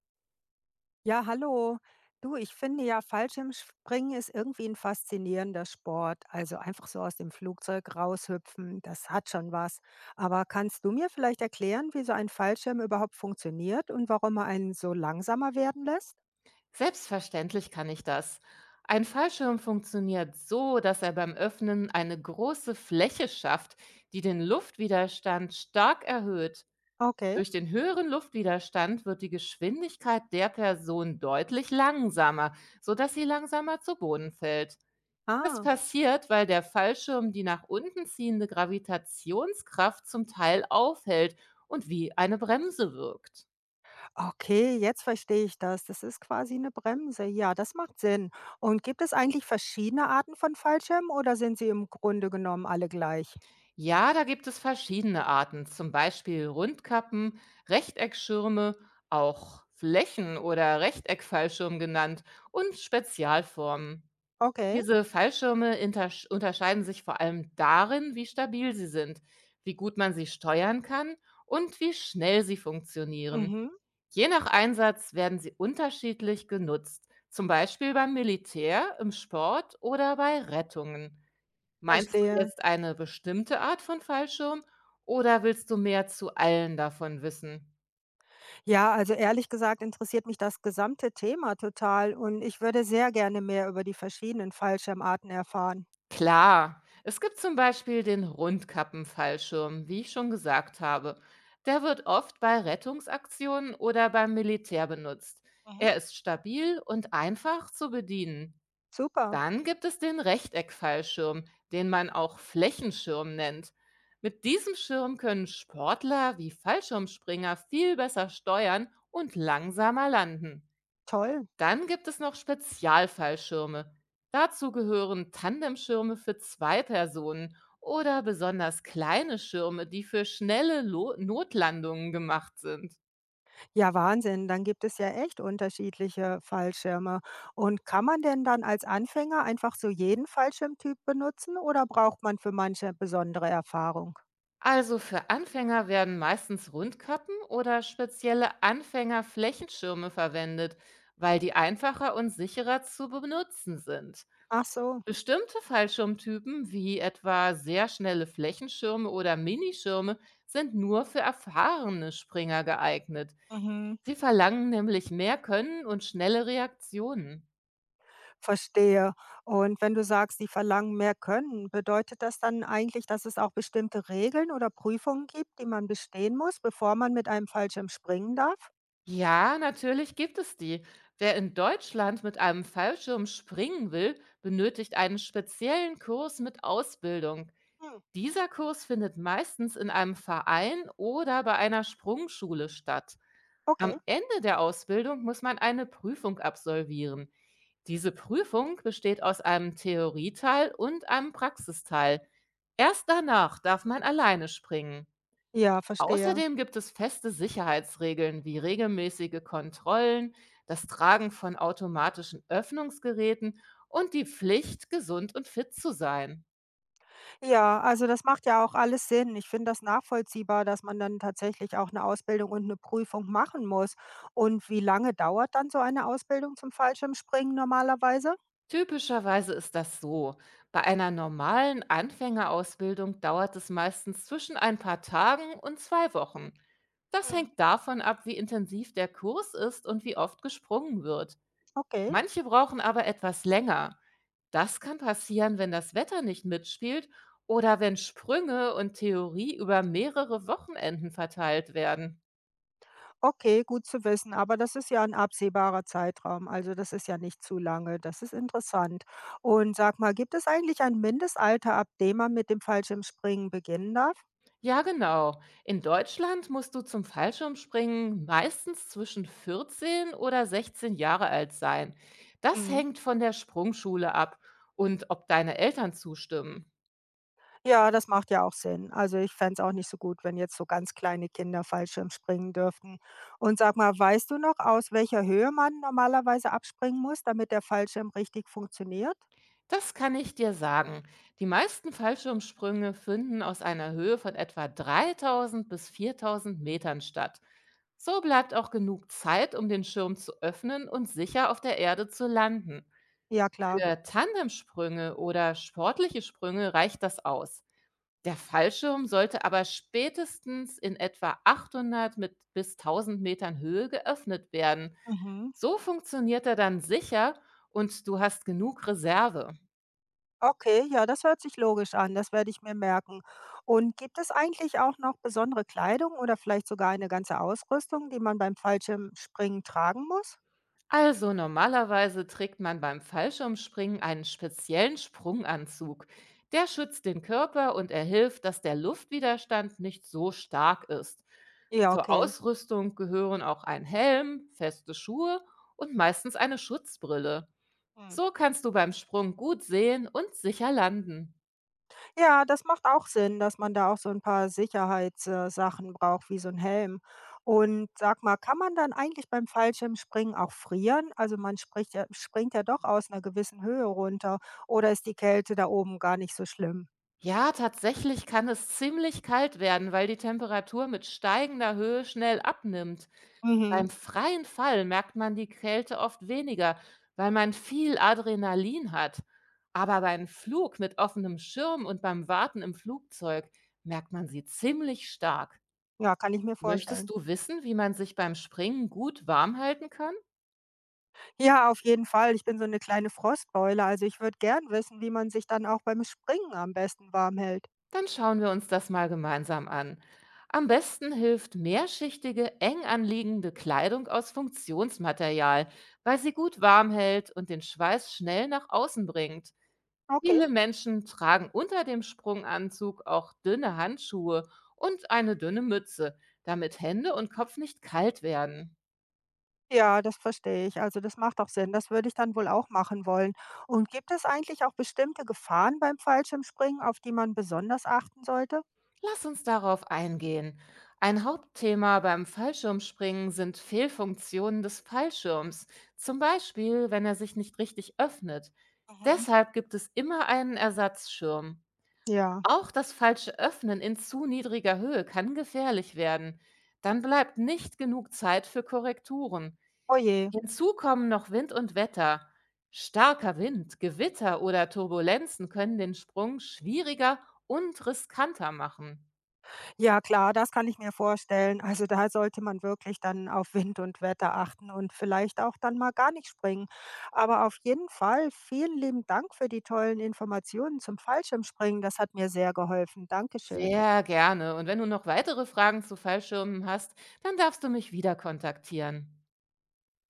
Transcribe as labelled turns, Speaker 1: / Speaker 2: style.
Speaker 1: Ja, hallo. Du, ich finde ja, Fallschirmspringen ist irgendwie ein faszinierender Sport. Also einfach so aus dem Flugzeug raushüpfen, das hat schon was. Aber kannst du mir vielleicht erklären, wie so ein Fallschirm überhaupt funktioniert und warum er einen so langsamer werden lässt?
Speaker 2: Selbstverständlich kann ich das. Ein Fallschirm funktioniert so, dass er beim Öffnen eine große Fläche schafft, die den Luftwiderstand stark erhöht.
Speaker 1: Okay.
Speaker 2: Durch den höheren Luftwiderstand wird die Geschwindigkeit der Person deutlich langsamer, sodass sie langsamer zu Boden fällt. Das
Speaker 1: Ah,
Speaker 2: passiert, weil der Fallschirm die nach unten ziehende Gravitationskraft zum Teil aufhält und wie eine Bremse wirkt.
Speaker 1: okay, jetzt verstehe ich das. Das ist quasi eine Bremse. Ja, das macht Sinn. Und gibt es eigentlich verschiedene Arten von Fallschirmen oder sind sie im Grunde genommen alle gleich?
Speaker 2: Ja, da gibt es verschiedene Arten, zum Beispiel Rundkappen, Rechteckschirme, auch Flächen- oder Rechteckfallschirm genannt, und Spezialformen.
Speaker 1: Okay.
Speaker 2: Diese Fallschirme unterscheiden sich vor allem darin, wie stabil sie sind, wie gut man sie steuern kann und wie schnell sie funktionieren.
Speaker 1: Mhm,
Speaker 2: Je nach Einsatz werden sie unterschiedlich genutzt, zum Beispiel beim Militär, im Sport oder bei Rettungen. Meinst du
Speaker 1: verstehe.
Speaker 2: jetzt eine bestimmte Art von Fallschirm oder willst du mehr zu allen davon wissen?
Speaker 1: Ja, also ehrlich gesagt interessiert mich das gesamte Thema total und ich würde sehr gerne mehr über die verschiedenen Fallschirmarten erfahren.
Speaker 2: Klar, es gibt zum Beispiel den Rundkappenfallschirm, wie ich schon gesagt habe. Der wird oft bei Rettungsaktionen oder beim Militär benutzt.
Speaker 1: Mhm.
Speaker 2: Er ist stabil und einfach zu bedienen.
Speaker 1: Super,
Speaker 2: Dann gibt es den Rechteckfallschirm, den man auch Flächenschirm nennt. Mit diesem Schirm können Sportler wie Fallschirmspringer viel besser steuern und langsamer landen.
Speaker 1: toll.
Speaker 2: Dann gibt es noch Spezialfallschirme. Dazu gehören Tandemschirme für zwei Personen oder besonders kleine Schirme, die für schnelle Lo Notlandungen gemacht sind.
Speaker 1: Ja, Wahnsinn, dann gibt es ja echt unterschiedliche Fallschirme. Und kann man denn dann als Anfänger einfach so jeden Fallschirmtyp benutzen oder braucht man für manche besondere Erfahrung?
Speaker 2: Also für Anfänger werden meistens Rundkappen oder spezielle Anfängerflächenschirme verwendet, weil die einfacher und sicherer zu benutzen sind.
Speaker 1: Ach so.
Speaker 2: Bestimmte Fallschirmtypen wie etwa sehr schnelle Flächenschirme oder Minischirme sind nur für erfahrene Springer geeignet.
Speaker 1: Mhm.
Speaker 2: Sie verlangen nämlich mehr Können und schnelle Reaktionen.
Speaker 1: Verstehe. Und wenn du sagst, sie verlangen mehr Können, bedeutet das dann eigentlich, dass es auch bestimmte Regeln oder Prüfungen gibt, die man bestehen muss, bevor man mit einem Fallschirm springen darf?
Speaker 2: Ja, natürlich gibt es die. Wer in Deutschland mit einem Fallschirm springen will, benötigt einen speziellen Kurs mit Ausbildung.
Speaker 1: Hm,
Speaker 2: Dieser Kurs findet meistens in einem Verein oder bei einer Sprungschule statt. Am
Speaker 1: okay.
Speaker 2: Ende der Ausbildung muss man eine Prüfung absolvieren. Diese Prüfung besteht aus einem Theorieteil und einem Praxisteil. Erst danach darf man alleine springen.
Speaker 1: Ja, verstehe.
Speaker 2: Außerdem gibt es feste Sicherheitsregeln wie regelmäßige Kontrollen, das Tragen von automatischen Öffnungsgeräten und die Pflicht, gesund und fit zu sein.
Speaker 1: Ja, also das macht ja auch alles Sinn. Ich finde das nachvollziehbar, dass man dann tatsächlich auch eine Ausbildung und eine Prüfung machen muss. Und wie lange dauert dann so eine Ausbildung zum Fallschirmspringen normalerweise?
Speaker 2: Typischerweise ist das so. Bei einer normalen Anfängerausbildung dauert es meistens zwischen ein paar Tagen und 2 Wochen. Das
Speaker 1: Hm,
Speaker 2: hängt davon ab, wie intensiv der Kurs ist und wie oft gesprungen wird.
Speaker 1: okay.
Speaker 2: Manche brauchen aber etwas länger. Das kann passieren, wenn das Wetter nicht mitspielt oder wenn Sprünge und Theorie über mehrere Wochenenden verteilt werden.
Speaker 1: Okay, gut zu wissen, aber das ist ja ein absehbarer Zeitraum, also das ist ja nicht zu lange. Das ist interessant. Und sag mal, gibt es eigentlich ein Mindestalter, ab dem man mit dem Fallschirmspringen beginnen darf?
Speaker 2: Ja, genau. In Deutschland musst du zum Fallschirmspringen meistens zwischen 14 oder 16 Jahre alt sein. Das
Speaker 1: Mhm.
Speaker 2: hängt von der Sprungschule ab und ob deine Eltern zustimmen.
Speaker 1: Ja, das macht ja auch Sinn. Also, ich fände es auch nicht so gut, wenn jetzt so ganz kleine Kinder Fallschirm springen dürften. Und sag mal, weißt du noch, aus welcher Höhe man normalerweise abspringen muss, damit der Fallschirm richtig funktioniert?
Speaker 2: Das kann ich dir sagen. Die meisten Fallschirmsprünge finden aus einer Höhe von etwa 3000 bis 4000 Metern statt. So bleibt auch genug Zeit, um den Schirm zu öffnen und sicher auf der Erde zu landen.
Speaker 1: Ja, klar.
Speaker 2: Für Tandemsprünge oder sportliche Sprünge reicht das aus. Der Fallschirm sollte aber spätestens in etwa 800 mit bis 1000 Metern Höhe geöffnet werden.
Speaker 1: Mhm.
Speaker 2: So funktioniert er dann sicher und du hast genug Reserve.
Speaker 1: Okay, ja, das hört sich logisch an, das werde ich mir merken. Und gibt es eigentlich auch noch besondere Kleidung oder vielleicht sogar eine ganze Ausrüstung, die man beim Fallschirmspringen tragen muss?
Speaker 2: Also normalerweise trägt man beim Fallschirmspringen einen speziellen Sprunganzug. Der schützt den Körper und er hilft, dass der Luftwiderstand nicht so stark ist.
Speaker 1: Ja,
Speaker 2: Zur
Speaker 1: okay.
Speaker 2: Ausrüstung gehören auch ein Helm, feste Schuhe und meistens eine Schutzbrille.
Speaker 1: Hm.
Speaker 2: So kannst du beim Sprung gut sehen und sicher landen.
Speaker 1: Ja, das macht auch Sinn, dass man da auch so ein paar Sicherheitssachen braucht, wie so ein Helm. Und sag mal, kann man dann eigentlich beim Fallschirmspringen auch frieren? Also man spricht ja, springt ja doch aus einer gewissen Höhe runter. Oder ist die Kälte da oben gar nicht so schlimm?
Speaker 2: Ja, tatsächlich kann es ziemlich kalt werden, weil die Temperatur mit steigender Höhe schnell abnimmt.
Speaker 1: Mhm.
Speaker 2: Beim freien Fall merkt man die Kälte oft weniger, weil man viel Adrenalin hat. Aber beim Flug mit offenem Schirm und beim Warten im Flugzeug merkt man sie ziemlich stark.
Speaker 1: Ja, kann ich mir
Speaker 2: Möchtest
Speaker 1: vorstellen.
Speaker 2: du wissen, wie man sich beim Springen gut warm halten kann?
Speaker 1: Ja, auf jeden Fall. Ich bin so eine kleine Frostbeule. Also, ich würde gern wissen, wie man sich dann auch beim Springen am besten warm hält.
Speaker 2: Dann schauen wir uns das mal gemeinsam an. Am besten hilft mehrschichtige, eng anliegende Kleidung aus Funktionsmaterial, weil sie gut warm hält und den Schweiß schnell nach außen bringt.
Speaker 1: Okay.
Speaker 2: Viele Menschen tragen unter dem Sprunganzug auch dünne Handschuhe und eine dünne Mütze, damit Hände und Kopf nicht kalt werden.
Speaker 1: Ja, das verstehe ich. Also, das macht auch Sinn. Das würde ich dann wohl auch machen wollen. Und gibt es eigentlich auch bestimmte Gefahren beim Fallschirmspringen, auf die man besonders achten sollte?
Speaker 2: Lass uns darauf eingehen. Ein Hauptthema beim Fallschirmspringen sind Fehlfunktionen des Fallschirms, zum Beispiel wenn er sich nicht richtig öffnet.
Speaker 1: Mhm.
Speaker 2: Deshalb gibt es immer einen Ersatzschirm.
Speaker 1: Ja.
Speaker 2: Auch das falsche Öffnen in zu niedriger Höhe kann gefährlich werden. Dann bleibt nicht genug Zeit für Korrekturen.
Speaker 1: Oh je.
Speaker 2: Hinzu kommen noch Wind und Wetter. Starker Wind, Gewitter oder Turbulenzen können den Sprung schwieriger und riskanter machen.
Speaker 1: Ja klar, das kann ich mir vorstellen. Also, da sollte man wirklich dann auf Wind und Wetter achten und vielleicht auch dann mal gar nicht springen. Aber auf jeden Fall vielen lieben Dank für die tollen Informationen zum Fallschirmspringen. Das hat mir sehr geholfen. Dankeschön.
Speaker 2: Sehr gerne. Und wenn du noch weitere Fragen zu Fallschirmen hast, dann darfst du mich wieder kontaktieren.